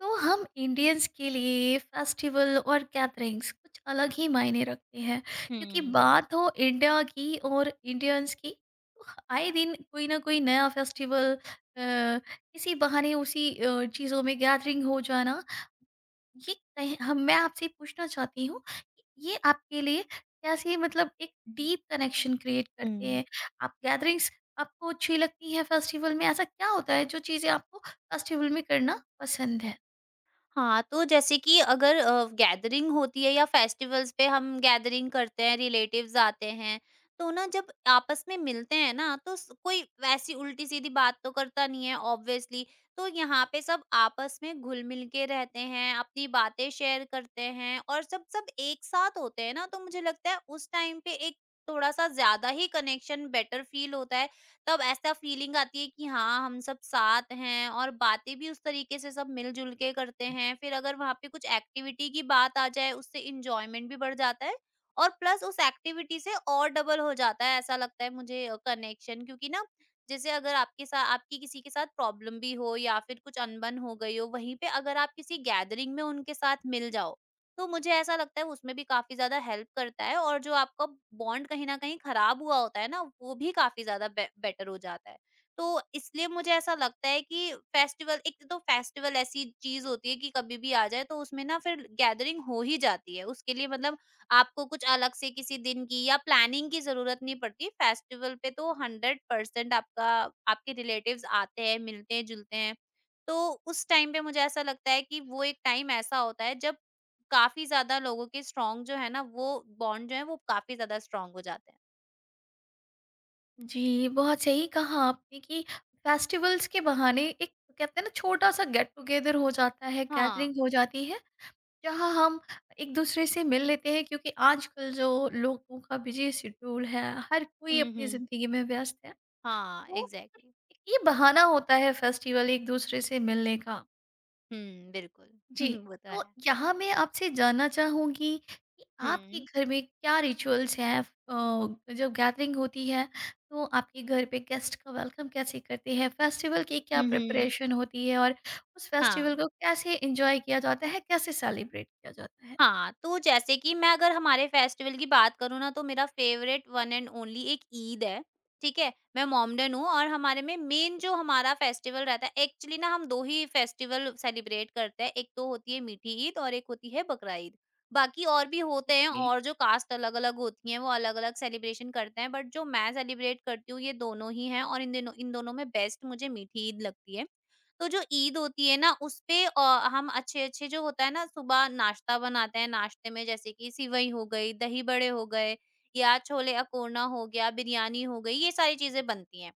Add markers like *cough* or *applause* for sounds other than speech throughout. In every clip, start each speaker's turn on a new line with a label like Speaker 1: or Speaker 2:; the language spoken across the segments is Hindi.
Speaker 1: तो हम इंडियंस के लिए फेस्टिवल और गैदरिंग्स कुछ अलग ही मायने रखते हैं, क्योंकि
Speaker 2: हुँ, बिल्कुल।
Speaker 1: बात हो इंडिया की और इंडियंस की तो आए दिन कोई ना कोई नया फेस्टिवल किसी बहाने उसी चीज़ों में गैदरिंग हो जाना। ये कहीं- हम मैं आपसे पूछना चाहती हूँ कि ये आपके लिए कैसे, मतलब एक डीप कनेक्शन क्रिएट करते
Speaker 2: हुँ।
Speaker 1: हैं? आप गैदरिंग्स आपको अच्छी लगती है, फेस्टिवल में ऐसा क्या होता है, जो चीज़ें आपको फेस्टिवल में करना पसंद है?
Speaker 2: हाँ, तो जैसे कि अगर गैदरिंग होती है या फेस्टिवल्स पे हम गैदरिंग करते हैं, रिलेटिव्स आते हैं, तो ना जब आपस में मिलते हैं ना, तो स कोई वैसी उल्टी-सीधी बात तो करता नहीं है ऑब्वियसली। तो यहाँ पे सब आपस में घुल-मिल के रहते हैं, अपनी बातें शेयर करते हैं और सब सब एक साथ होते हैं ना, तो मुझे लगता है उस टाइम पे एक थोड़ा-सा ज़्यादा ही कनेक्शन बेटर फ़ील होता है। तब ऐसा फीलिंग आती है कि हाँ, हम सब साथ हैं और बातें भी उस तरीके से सब मिलजुल के करते हैं। फिर अगर वहाँ पे कुछ एक्टिविटी की बात आ जाए, उससे इंजॉयमेंट भी बढ़ जाता है और प्लस उस एक्टिविटी से और डबल हो जाता है ऐसा लगता है मुझे कनेक्शन। क्योंकि ना जैसे अगर आपके साथ आपकी किसी के साथ प्रॉब्लम भी हो या फिर कुछ अनबन हो गई हो, वहीं पे अगर आप किसी गैदरिंग में उनके साथ मिल जाओ, तो मुझे ऐसा लगता है उसमें भी काफ़ी ज़्यादा हेल्प करता है और जो आपका बॉन्ड कहीं न कहीं ख़राब हुआ होता है ना, वो भी काफ़ी ज़्यादा बे बेटर हो जाता है। तो इसलिए मुझे ऐसा लगता है कि फेस्टिवल एक तो फेस्टिवल ऐसी चीज़ होती है कि कभी भी आ जाए तो उसमें ना फिर गैदरिंग हो ही जाती है। उसके लिए मतलब आपको कुछ अलग से किसी दिन की या प्लानिंग की ज़रूरत नहीं पड़ती। फेस्टिवल पे तो 100% आपका आपके रिलेटिव्स आते हैं, मिलते हैं, जुलते हैं। तो उस टाइम पे मुझे ऐसा लगता है कि वो एक टाइम ऐसा होता है जब काफ़ी ज़्यादा लोगों के स्ट्रॉन्ग जो है ना, वो बॉन्ड जो है वो काफ़ी ज़्यादा स्ट्रॉन्ग हो जाते हैं।
Speaker 1: जी, बहुत सही कहा आपने कि फेस्टिवल्स के बहाने एक, कहते हैं ना, छोटा-सा गेट टुगेदर हो जाता है,
Speaker 2: हाँ।
Speaker 1: गैदरिंग हो जाती है, जहाँ हम एक दूसरे से मिल लेते हैं, क्योंकि आजकल जो लोगों का बिज़ी शेड्यूल है, हर कोई
Speaker 2: हुँ,
Speaker 1: अपनी
Speaker 2: हुँ।
Speaker 1: ज़िंदगी में व्यस्त है।
Speaker 2: हाँ,
Speaker 1: तो
Speaker 2: एग्ज़ैक्टली।
Speaker 1: एक ये बहाना होता है फेस्टिवल एक दूसरे से मिलने का।
Speaker 2: हुँ, बिल्कुल।
Speaker 1: जी,
Speaker 2: *laughs* वो तो
Speaker 1: तो
Speaker 2: है।
Speaker 1: यहाँ मैं आपसे जानना चाहूँगी कि आपके
Speaker 2: हुँ।
Speaker 1: घर में क्या रिचुअल्स हैं? जब गैदरिंग होती है तो आपके घर पे गेस्ट का वेलकम कैसे करते हैं? फेस्टिवल की क्या
Speaker 2: हुँ, हुँ।
Speaker 1: प्रिपरेशन होती है और उस फेस्टिवल
Speaker 2: हाँ।
Speaker 1: को कैसे एन्जॉय किया जाता है, कैसे सेलिब्रेट किया जाता है?
Speaker 2: हाँ, तो जैसे कि मैं अगर हमारे फेस्टिवल की बात करूँ ना, तो मेरा फ़ेवरेट वन एंड ओनली एक ईद है, ठीक है? मैं मोमडन हूँ और हमारे में मेन जो हमारा फेस्टिवल रहता है एक्चुअली ना हम 2 ही फेस्टिवल सेलिब्रेट करते हैं, एक तो होती है मीठी ईद और एक होती है बकरा ईद। बाकी और भी होते हैं
Speaker 1: ओके,
Speaker 2: और जो कास्ट अलग-अलग होती हैं वो अलग-अलग सेलिब्रेशन करते हैं, बट जो मैं सेलिब्रेट करती हूँ ये दोनों ही हैं और इन दिनों इन दोनों में बेस्ट मुझे मीठी ईद लगती है। तो जो ईद होती है ना उसपे हम अच्छे-अच्छे जो होता है ना सुबह नाश्ता बनाते हैं, नाश्ते में जैसे कि सिवई हो गई, दही बड़े हो गए या छोले अकोना हो गया, बिरयानी हो गई, ये सारी चीज़ें बनती हैं।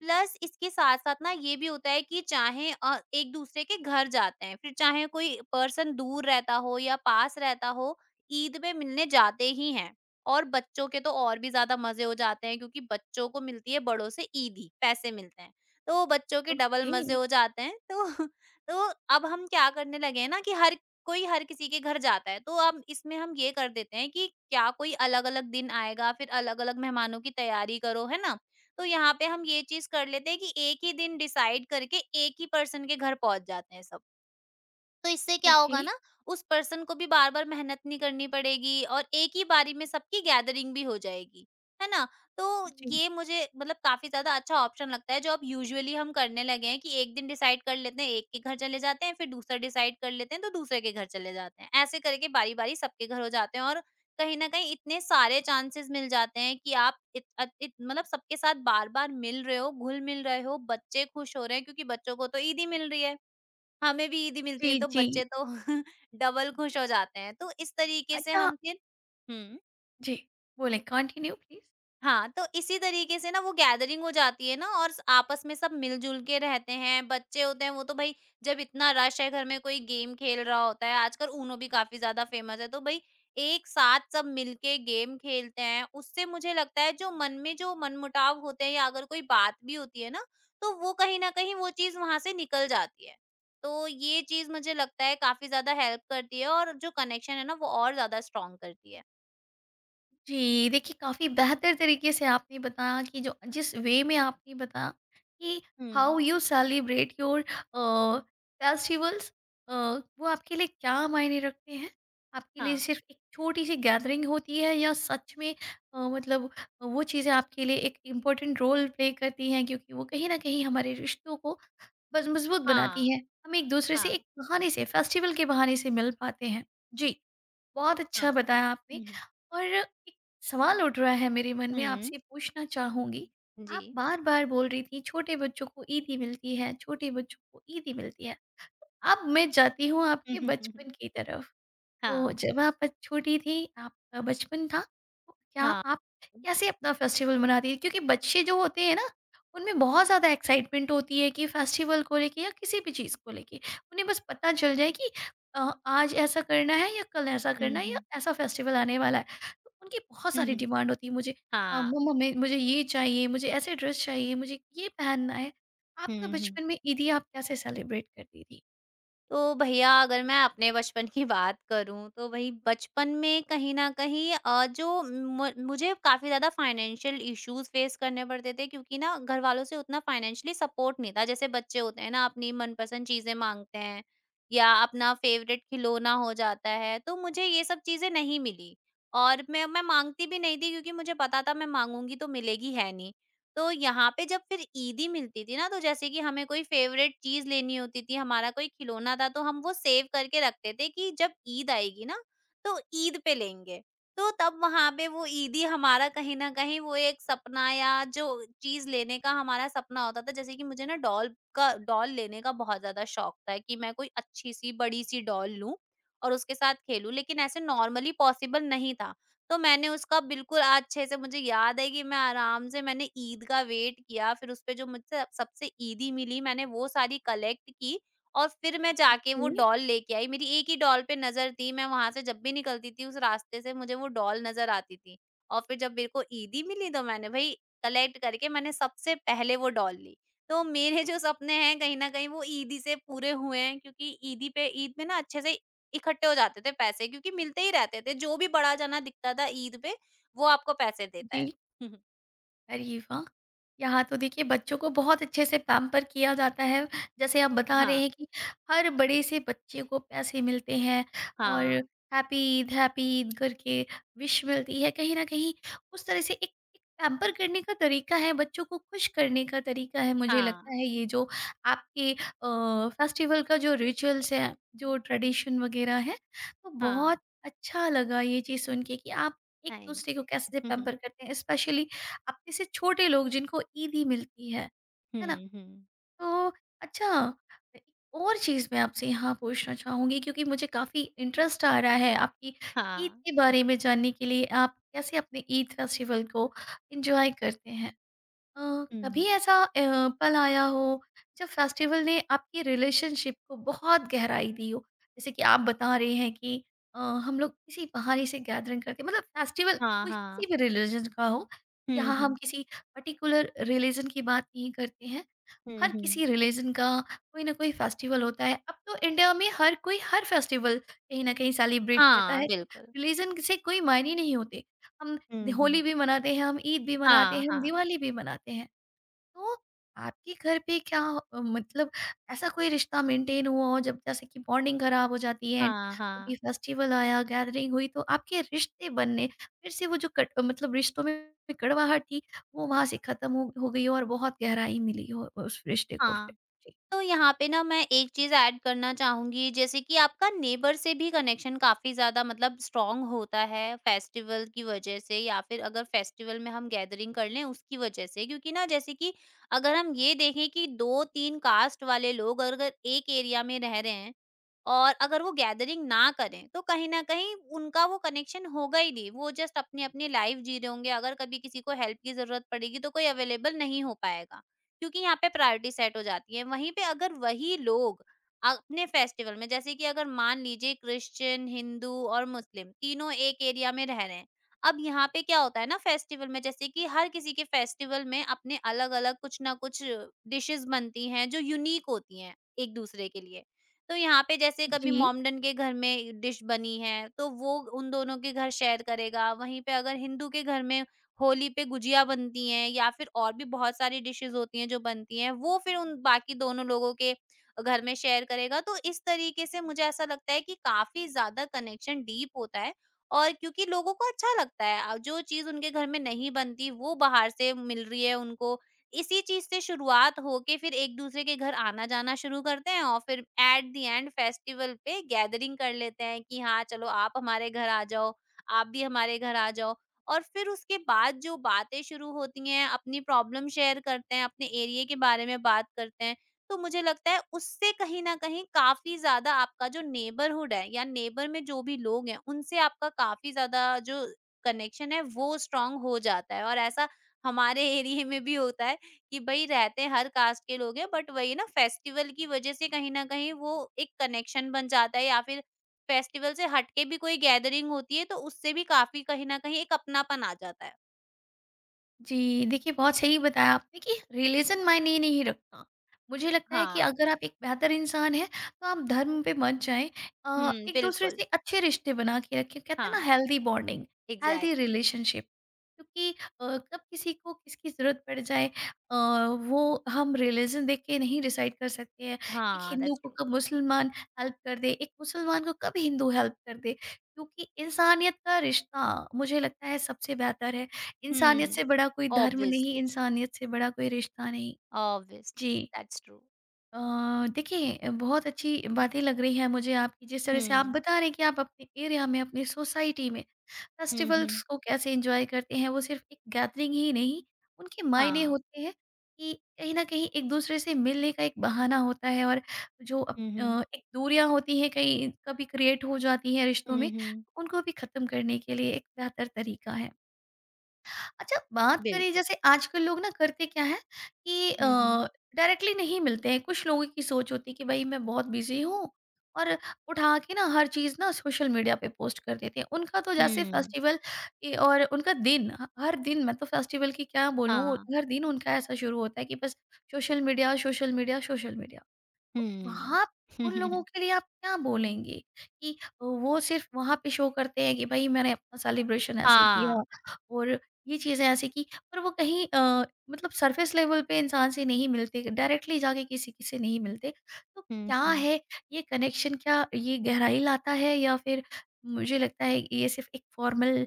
Speaker 2: प्लस इसके साथ-साथ ना ये भी होता है कि चाहे एक-दूसरे के घर जाते हैं, फिर चाहे कोई पर्सन दूर रहता हो या पास रहता हो, ईद में मिलने जाते ही हैं। और बच्चों के तो और भी ज़्यादा मज़े हो जाते हैं क्योंकि बच्चों को मिलती है बड़ों से ईद ही, पैसे मिलते हैं। तो बच्चों के डबल
Speaker 1: ओके,
Speaker 2: मज़े हो जाते हैं। तो *laughs* तो अब हम क्या करने लगे हैं ना कि हर कोई हर किसी के घर जाता है, तो अब इसमें हम ये कर देते हैं कि क्या कोई अलग-अलग दिन आएगा, फिर अलग-अलग मेहमानों की तैयारी करो, है ना? तो यहाँ पे हम ये चीज़ कर लेते हैं कि एक ही दिन डिसाइड करके एक ही पर्सन के घर पहुँच जाते हैं सब। तो इससे क्या
Speaker 1: ओके।
Speaker 2: होगा ना, उस पर्सन को भी बार-बार मेहनत नहीं करनी पड़ेगी और एक ही बारी में सबकी गैदरिंग भी हो जाएगी, है ना? तो
Speaker 1: जी,
Speaker 2: ये मुझे मतलब काफ़ी ज़्यादा अच्छा ऑप्शन लगता है जो अब यूजुअली हम करने लगे हैं कि एक दिन डिसाइड कर लेते हैं, एक के घर चले जाते हैं, फिर दूसरा डिसाइड कर लेते हैं तो दूसरे के घर चले जाते हैं। ऐसे करके बारी-बारी सबके घर हो जाते हैं और कहीं न कहीं इतने सारे चांसेस मिल जाते हैं कि आप इत अत इत मतलब सबके साथ बार-बार मिल रहे हो, घुल-मिल रहे हो, बच्चे खुश हो रहे हैं क्योंकि बच्चों को तो ईद ही मिल रही है। हमें भी ईदी मिलती
Speaker 1: जी,
Speaker 2: है तो
Speaker 1: जी।
Speaker 2: बच्चे तो *laughs* डबल खुश हो जाते हैं। तो इस तरीके से
Speaker 1: अच्छा।
Speaker 2: हम फिर हुँ।
Speaker 1: जी, बोलें कंटिन्यू प्लीज़।
Speaker 2: हाँ, तो इसी तरीके से ना वो गैदरिंग हो जाती है ना और स आपस में सब मिल-जुल के रहते हैं, बच्चे होते हैं वो तो भई जब इतना रश है घर में कोई गेम खेल रहा होता है, आजकल ऊनो भी काफ़ी ज़्यादा फ़ेमस है, तो भई एक साथ सब मिल के गेम खेलते हैं, उससे मुझे लगता है जो मन में जो मनमुटाव होते हैं या अगर कोई बात भी होती है ना, तो वो कहीं न कहीं वो चीज़ वहाँ से निकल जाती है। तो ये चीज़ मुझे लगता है काफ़ी ज़्यादा हेल्प करती है और जो कनेक्शन है ना वो और ज़्यादा स्ट्रॉन्ग करती है।
Speaker 1: जी, देखिए काफ़ी बेहतर तरीके से आपने बताया कि जो जिस वे में आपने बताया कि
Speaker 2: हुँ।
Speaker 1: How you celebrate your festivals, वो आपके लिए क्या मायने रखते हैं, आपके लिए
Speaker 2: हाँ,
Speaker 1: सिर्फ एक छोटी सी गैदरिंग होती है या सच में, मतलब वो चीज़ें आपके लिए एक इम्पोर्टेंट रोल प्ले करती हैं? क्योंकि वो कहीं ना कहीं हमारे रिश्तों को बस मजबूत बनाती
Speaker 2: हाँ,
Speaker 1: हैं, हम एक दूसरे से
Speaker 2: हाँ।
Speaker 1: एक बहाने से, फेस्टिवल के बहाने से मिल पाते हैं। जी, बहुत अच्छा
Speaker 2: हाँ।
Speaker 1: बताया आपने।
Speaker 2: हुँ, हुँ।
Speaker 1: और एक सवाल उठ रहा है मेरे मन में,
Speaker 2: हुँ।
Speaker 1: आपसे पूछना चाहूँगी,
Speaker 2: जी।
Speaker 1: आप बार-बार बोल रही थी छोटे बच्चों को ईदी मिलती है, छोटे बच्चों को ईदी मिलती है। अब मैं जाती हूँ
Speaker 2: हुँ,
Speaker 1: आपके
Speaker 2: हुँ, हुँ, हुँ।
Speaker 1: बचपन की तरफ। तो
Speaker 2: हाँ,
Speaker 1: जब आप छोटी थी, आपका बचपन था, तो क्या
Speaker 2: हाँ।
Speaker 1: आप कैसे अपना फेस्टिवल मनाती थी? क्योंकि बच्चे जो होते हैं ना, उनमें बहुत ज़्यादा एक्साइटमेंट होती है कि फेस्टिवल को लेके या किसी भी चीज़ को लेके। उन्हें बस पता चल जाए कि आज ऐसा करना है या कल ऐसा
Speaker 2: हुँ,
Speaker 1: करना है या
Speaker 2: हुँ।
Speaker 1: ऐसा फेस्टिवल आने वाला है। तो उनकी बहुत
Speaker 2: हुँ,
Speaker 1: सारी
Speaker 2: हुँ।
Speaker 1: डिमांड होती है, मुझे
Speaker 2: हाँ।
Speaker 1: मम्मा, मैं मुझे ये चाहिए, मुझे ऐसे ड्रेस चाहिए, मुझे ये पहनना है। आपका
Speaker 2: हुँ, हुँ।
Speaker 1: बचपन में ईदी आप कैसे सेलिब्रेट करती थी?
Speaker 2: तो भैया अगर मैं अपने बचपन की बात करूँ तो वही बचपन में कहीं न कहीं जो मु मुझे काफ़ी ज़्यादा फाइनेंशियल इश्यूज़ फ़ेस करने पड़ते थे क्योंकि ना घर वालों से उतना फाइनेंशियली सपोर्ट नहीं था। जैसे बच्चे होते हैं ना अपनी मनपसंद चीज़ें माँगते हैं या अपना फ़ेवरेट खिलौना हो जाता है, तो मुझे ये सब चीज़ें नहीं मिली और मैं माँगती भी नहीं थी क्योंकि मुझे पता था मैं माँगूँगी तो मिलेगी है नहीं। तो यहाँ पे जब फिर ईदी मिलती थी ना, तो जैसे कि हमें कोई फ़ेवरेट चीज़ लेनी होती थी, हमारा कोई खिलौना था, तो हम वो सेव करके रखते थे कि जब ईद आएगी ना, तो ईद पे लेंगे। तो तब वहाँ पे वो ईदी हमारा कहीं न कहीं वो एक सपना या जो चीज़ लेने का हमारा सपना होता था, जैसे कि मुझे ना डॉल लेने का बहुत ज़्यादा शौक था कि मैं कोई अच्छी-सी, बड़ी-सी डॉल लूँ और उसके साथ खेलूँ, लेकिन ऐसे नॉर्मली पॉसिबल नहीं था। तो मैंने उसका बिल्कुल आज अच्छे से मुझे याद है कि मैं आराम से मैंने ईद का वेट किया, फिर उसपे जो मुझसे सबसे ईदी मिली मैंने वो सारी कलेक्ट की और फिर मैं जाके वो
Speaker 1: जी।
Speaker 2: डॉल लेके आई। मेरी एक ही डॉल पे नज़र थी, मैं वहाँ से जब भी निकलती थी उस रास्ते से मुझे वो डॉल नज़र आती थी। और फिर जब मेरे को ईदी मिली तो मैंने भई कलेक्ट करके मैंने सबसे पहले वो डॉल ली। तो मेरे जो सपने हैं कहीं न कहीं वो ईदी से पूरे हुए हैं क्योंकि ईदी पे ईद में ना अच्छे से इकट्ठे हो जाते थे पैसे क्योंकि मिलते ही रहते थे, जो भी बड़ा जना दिखता था ईद पे वो आपको पैसे देता है।
Speaker 1: जी।
Speaker 2: *laughs*
Speaker 1: अरे वाह! यहाँ तो देखिए बच्चों को बहुत अच्छे से पैम्पर किया जाता है। जैसे आप बता रहे
Speaker 2: हाँ,
Speaker 1: हैं कि हर बड़े से बच्चे को पैसे मिलते हैं और
Speaker 2: हाँ,
Speaker 1: हैप्पी ईद करके विश मिलती है। कहीं न कहीं उस तरह से एक एक पैम्पर करने का तरीका है, बच्चों को खुश करने का तरीका है। मुझे लगता
Speaker 2: हाँ,
Speaker 1: है ये जो आपके फेस्टिवल का जो रिचुअल्स है, जो ट्रेडिशन वग़ैरह है, तो
Speaker 2: हाँ,
Speaker 1: बहुत अच्छा लगा ये चीज़ सुन के कि आप
Speaker 2: थैंक
Speaker 1: एक-दूसरे को कैसे
Speaker 2: हुँ, हुँ,
Speaker 1: पैम्पर करते हैं। स्पेशली आप जैसे छोटे लोग जिनको ईदी मिलती है ना?
Speaker 2: हुँ, हुँ,
Speaker 1: तो अच्छा, एक और चीज़ मैं आपसे यहाँ पूछना चाहूँगी क्योंकि मुझे काफ़ी इंटरेस्ट आ रहा है आपकी
Speaker 2: *laughs*
Speaker 1: ईद
Speaker 2: हाँ,
Speaker 1: के बारे में जानने के लिए। आप कैसे अपने ईद फेस्टिवल को एन्जॉय करते हैं? अ,
Speaker 2: हुँ,
Speaker 1: कभी ऐसा पल आया हो जब फेस्टिवल ने आपकी रिलेशनशिप को बहुत गहराई दी हो? जैसे कि आप बता रहे हैं कि हम लोग किसी बहाने से गैदरिंग करके, मतलब फेस्टिवल
Speaker 2: हाँ,
Speaker 1: कोई किसी
Speaker 2: हाँ,
Speaker 1: भी रिलीजन का हो,
Speaker 2: हुँ,
Speaker 1: यहाँ हम
Speaker 2: हुँ,
Speaker 1: किसी पर्टिकुलर रिलीजन की बात नहीं करते हैं।
Speaker 2: हुँ,
Speaker 1: हर
Speaker 2: हुँ,
Speaker 1: किसी रिलीजन का कोई ना कोई फेस्टिवल होता है, अब तो इंडिया में हर कोई हर फेस्टिवल कहीं ना कहीं सेलिब्रेट करता
Speaker 2: हाँ,
Speaker 1: है,
Speaker 2: बिल्कुल,
Speaker 1: रिलीजन से कोई मायने नहीं होते। हम
Speaker 2: हुँ,
Speaker 1: होली
Speaker 2: हुँ,
Speaker 1: भी मनाते हैं, हम ईद भी मनाते
Speaker 2: हाँ,
Speaker 1: हैं, हम
Speaker 2: हाँ,
Speaker 1: दिवाली भी मनाते हैं। तो आपके घर पे क्या, मतलब ऐसा कोई रिश्ता मेंटेन हुआ हो जब, जैसे कि बॉन्डिंग खराब हो जाती है एंड
Speaker 2: हाँ, हाँ,
Speaker 1: कभी फेस्टिवल आया, गैदरिंग हुई, तो आपके रिश्ते बनने फिर से, वो जो कट, मतलब रिश्तों में कड़वाहट थी, वो वहां से खत्म, हो गई हो और बहुत गहराई मिली हो उस रिश्ते को फिर?
Speaker 2: हाँ। तो यहाँ पे ना मैं एक चीज़ ऐड करना चाहूँगी, जैसे कि आपका नेबर से भी कनेक्शन काफ़ी ज़्यादा मतलब स्ट्रॉन्ग होता है फेस्टिवल की वजह से या फिर अगर फेस्टिवल में हम गैदरिंग कर लें उसकी वजह से। क्योंकि ना जैसे कि अगर हम ये देखें कि दो तीन कास्ट वाले लोग अगर एक एरिया में रह रहे हैं और अगर वो गैदरिंग ना करें, तो कहीं न कहीं उनका वो कनेक्शन होगा ही नहीं। वो जस्ट अपनी-अपनी लाइफ़ जी रहे होंगे, अगर कभी किसी को हेल्प की ज़रूरत पड़ेगी तो कोई अवेलेबल नहीं हो पाएगा, क्योंकि यहाँ पे प्रायोरिटी सेट हो जाती है। वहीं पे अगर वही लोग अपने फेस्टिवल में जैसे कि अगर मान लीजिए क्रिश्चियन, हिंदू और मुस्लिम तीनों एक एरिया में रह रहे हैं। अब यहाँ पे क्या होता है ना फेस्टिवल में जैसे कि हर किसी के फेस्टिवल में अपने अलग-अलग कुछ ना कुछ डिशेज़ बनती हैं जो यूनिक होती हैं एक-दूसरे के लिए। तो यहाँ पे जैसे कभी
Speaker 1: जी।
Speaker 2: मोमडन के घर में डिश बनी है तो वो उन दोनों के घर शेयर करेगा, वहीं पे अगर हिंदू के घर में होली पे गुजिया बनती हैं या फिर और भी बहुत सारी डिशेस होती हैं जो बनती हैं वो फिर उन बाकी दोनों लोगों के घर में शेयर करेगा। तो इस तरीके से मुझे ऐसा लगता है कि काफी ज्यादा कनेक्शन डीप होता है और क्योंकि लोगों को अच्छा लगता है जो चीज उनके घर में नहीं बनती वो बाहर से मिल रही है उनको, इसी चीज़ से शुरुआत होके फिर एक-दूसरे के घर आना-जाना शुरू करते हैं और फिर एट द एंड फेस्टिवल पे गैदरिंग कर लेते हैं कि हाँ, चलो आप हमारे घर आ जाओ, आप भी हमारे घर आ जाओ। और फिर उसके बाद जो बातें शुरू होती हैं, अपनी प्रॉब्लम शेयर करते हैं, अपने एरिया के बारे में बात करते हैं। तो मुझे लगता है उससे कहीं न कहीं काफ़ी ज़्यादा आपका जो नेबरहुड है या नेबर में जो भी लोग हैं, उनसे आपका काफ़ी ज़्यादा जो कनेक्शन है वो स्ट्रॉन्ग हो जाता है और ऐसा हमारे एरिया में भी होता है। कि भई रहते हैं हर कास्ट के लोग हैं बट वही ना फेस्टिवल की वजह से कहीं न कहीं वो एक कनेक्शन बन जाता है या फिर फेस्टिवल से हट के भी कोई गैदरिंग होती है तो उससे भी काफ़ी कहीं न कहीं एक अपनापन आ जाता है।
Speaker 1: जी, देखिए बहुत सही बताया आपने कि रिलीजन मायने ही नहीं रखता। मुझे लगता है कि
Speaker 2: हाँ।
Speaker 1: अगर आप एक बेहतर इंसान हैं, तो आप धर्म पे मत जाएँ,
Speaker 2: हुँ,
Speaker 1: एक-दूसरे
Speaker 2: बिल्कुल।
Speaker 1: से अच्छे रिश्ते बना के रखें। कहते हैं
Speaker 2: हाँ,
Speaker 1: ना, healthy bonding, healthy
Speaker 2: exact
Speaker 1: relationship, क्योंकि कब किसी को किसकी ज़रूरत पड़ जाए, अ, वो हम रिलीजन देख के नहीं डिसाइड कर सकते हैं। एक
Speaker 2: हाँ,
Speaker 1: हिंदू
Speaker 2: दैट्स
Speaker 1: को
Speaker 2: ट्रू।
Speaker 1: कब मुसलमान हेल्प कर दे, एक मुसलमान को कब हिंदू हेल्प कर दे, क्योंकि इंसानियत का रिश्ता मुझे लगता है सबसे बेहतर है। इंसानियत
Speaker 2: हुँ,
Speaker 1: से बड़ा कोई धर्म नहीं,
Speaker 2: ऑब्वियसली,
Speaker 1: इंसानियत से बड़ा कोई रिश्ता नहीं।
Speaker 2: ऑब्वियसली,
Speaker 1: जी।
Speaker 2: That's true.
Speaker 1: अ, देखिए बहुत अच्छी बातें लग रही हैं मुझे आपकी, जिस तरह से आप
Speaker 2: हुँ।
Speaker 1: बता रहे हैं कि आप अपने एरिया में, अपनी सोसाइटी में
Speaker 2: हुँ, हुँ।
Speaker 1: फेस्टिवल्स को कैसे एन्जॉय करते हैं। वो सिर्फ़ एक गैदरिंग ही नहीं, उनके मायने
Speaker 2: हाँ।
Speaker 1: होते हैं कि कहीं न कहीं एक-दूसरे से मिलने का एक बहाना होता है और जो अप
Speaker 2: हुँ, हुँ।
Speaker 1: अ, एक दूरियाँ होती हैं कहीं कभी, क्रिएट हो जाती हैं रिश्तों
Speaker 2: हुँ,
Speaker 1: में,
Speaker 2: हुँ।
Speaker 1: उनको भी ख़त्म करने के लिए एक बेहतर तरीका है। अच्छा, बात करें,
Speaker 2: बिल्कुल।
Speaker 1: जैसे आजकल लोग ना करते क्या है कि
Speaker 2: हुँ, हुँ।
Speaker 1: डायरेक्टली नहीं मिलते हैं। कुछ लोगों की सोच होती है कि भई मैं बहुत बिज़ी हूँ और उठा के ना हर चीज़ ना सोशल मीडिया पे पोस्ट कर देते हैं। उनका तो जैसे
Speaker 2: हुँ,
Speaker 1: फेस्टिवल ए और उनका दिन ह हर दिन, मैं तो फेस्टिवल की क्या बोलूँ,
Speaker 2: हाँ।
Speaker 1: हर दिन उनका ऐसा शुरू होता है कि बस social media, social media, social media.
Speaker 2: हुँ।
Speaker 1: वहाँ उन लोगों
Speaker 2: *laughs*
Speaker 1: के लिए आप क्या बोलेंगे कि वो सिर्फ वहाँ पे शो करते हैं कि भाई मैंने अपना सेलिब्रेशन ऐसे किया
Speaker 2: हाँ।
Speaker 1: और ये चीज़ें ऐसे की, पर वो कहीं मतलब सरफेस लेवल पे इंसान से नहीं मिलते, डायरेक्टली जाके किसी किसी नहीं मिलते, तो
Speaker 2: हुँ,
Speaker 1: क्या
Speaker 2: हुँ।
Speaker 1: है, ये कनेक्शन क्या ये गहराई लाता है या फिर मुझे लगता है कि ये सिर्फ एक फॉर्मल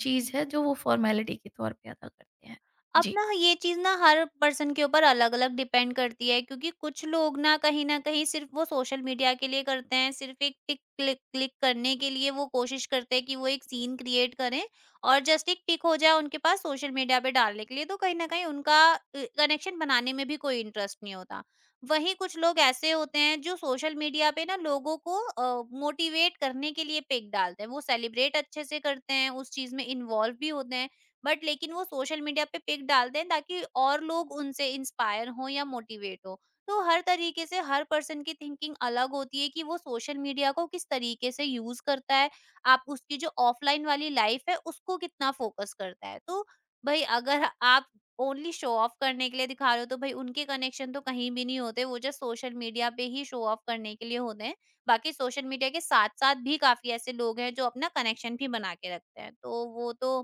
Speaker 1: चीज़ है जो वो फॉर्मेलिटी के तौर पे अदा करते हैं?
Speaker 2: अब
Speaker 1: जी।
Speaker 2: ना ये चीज़ ना हर पर्सन के ऊपर अलग-अलग डिपेंड करती है क्योंकि कुछ लोग ना कहीं न कहीं सिर्फ़ वो सोशल मीडिया के लिए करते हैं, सिर्फ़ एक टिक क्लिक क्लिक करने के लिए वो कोशिश करते हैं कि वो एक सीन क्रिएट करें और जस्ट एक टिक हो जाए उनके पास सोशल मीडिया पे डालने के लिए, तो कहीं न कहीं उनका कनेक्शन बनाने में भी कोई इंटरेस्ट नहीं होता। वहीं कुछ लोग ऐसे होते हैं जो सोशल मीडिया पे ना लोगों को मोटिवेट करने के लिए पिक डालते हैं, वो सेलिब्रेट अच्छे से करते हैं, उस चीज़ में इन्वॉल्व भी होते हैं। बट लेकिन वो सोशल मीडिया पे पिक डाल दें ताकि और लोग उनसे इंस्पायर हों या मोटिवेट हो। तो हर तरीके से हर पर्सन की थिंकिंग अलग होती है कि वो सोशल मीडिया को किस तरीके से यूज करता है, आप उसकी जो ऑफलाइन वाली लाइफ है उसको कितना फोकस करता है। तो भाई अगर आप ओनली शो ऑफ करने के लिए दिखा रहे हो तो भाई उनके कनेक्शन तो कहीं भी नहीं होते, वो जस्ट सोशल मीडिया पे ही शो ऑफ करने के लिए होते हैं। बाकी सोशल मीडिया के साथ साथ भी काफी ऐसे लोग हैं जो अपना कनेक्शन भी बना के रखते हैं, तो वो तो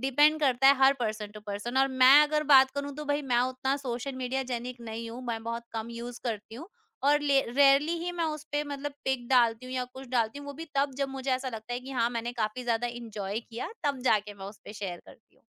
Speaker 2: डिपेंड करता है हर पर्सन टू पर्सन। और मैं अगर बात करूँ तो भाई मैं उतना सोशल मीडिया जेनिक नहीं हूँ, मैं बहुत कम यूज़ करती हूँ और ले रेयरली ही मैं उसपे मतलब पिक डालती हूँ या कुछ डालती हूँ, वो भी तब जब मुझे ऐसा लगता है कि हाँ, मैंने काफ़ी ज़्यादा एन्जॉय किया, तब जाके मैं उसपे शेयर करती हूँ।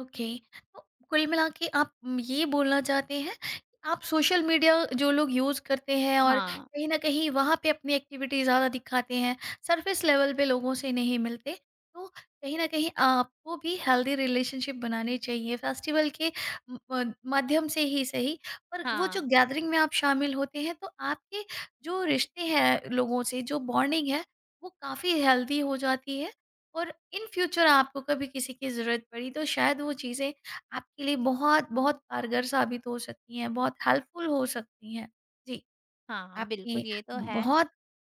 Speaker 1: ओके। तो कुल मिला के आप ये बोलना चाहते हैं कि आप सोशल मीडिया जो लोग यूज़ करते हैं और
Speaker 2: हाँ।
Speaker 1: कहीं न कहीं वहाँ पे अपनी एक्टिविटी ज़्यादा दिखाते हैं, सरफ़ेस लेवल पे लोगों से नहीं मिलते, तो कहीं न कहीं आपको भी हेल्दी रिलेशनशिप बनाने चाहिए फेस्टिवल के म अ, माध्यम से ही सही, पर वो जो
Speaker 2: हाँ,
Speaker 1: गैदरिंग में आप शामिल होते हैं, तो आपके जो रिश्ते हैं लोगों से, जो बॉन्डिंग है, वो काफ़ी हेल्दी हो जाती है और इन फ्यूचर आपको कभी किसी की ज़रूरत पड़ी तो शायद वो चीज़ें आपके लिए बहुत बहुत कारगर साबित हो सकती हैं, बहुत हेल्पफुल हो सकती हैं। जी,
Speaker 2: हाँ, हाँ, बिल्कुल
Speaker 1: आपने
Speaker 2: ये तो है।
Speaker 1: बहुत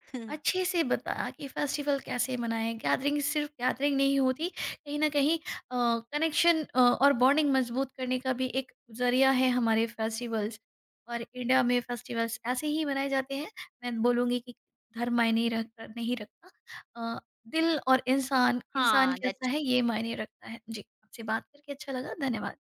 Speaker 2: *laughs*
Speaker 1: अच्छे से बताया कि फेस्टिवल कैसे मनाएँ, गैदरिंग सिर्फ गैदरिंग नहीं होती, कहीं न कहीं कनेक्शन और बॉन्डिंग मजबूत करने का भी एक ज़रिया है हमारे फेस्टिवल्स। और इंडिया में फेस्टिवल्स ऐसे ही मनाए जाते हैं, मैं बोलूँगी कि धर्म मायने रख नहीं रखता, अ, दिल और इंसान, इंसान
Speaker 2: हाँ,
Speaker 1: कैसा
Speaker 2: दैट्स
Speaker 1: है ये मायने रखता है। जी, आपसे बात करके अच्छा लगा, धन्यवाद।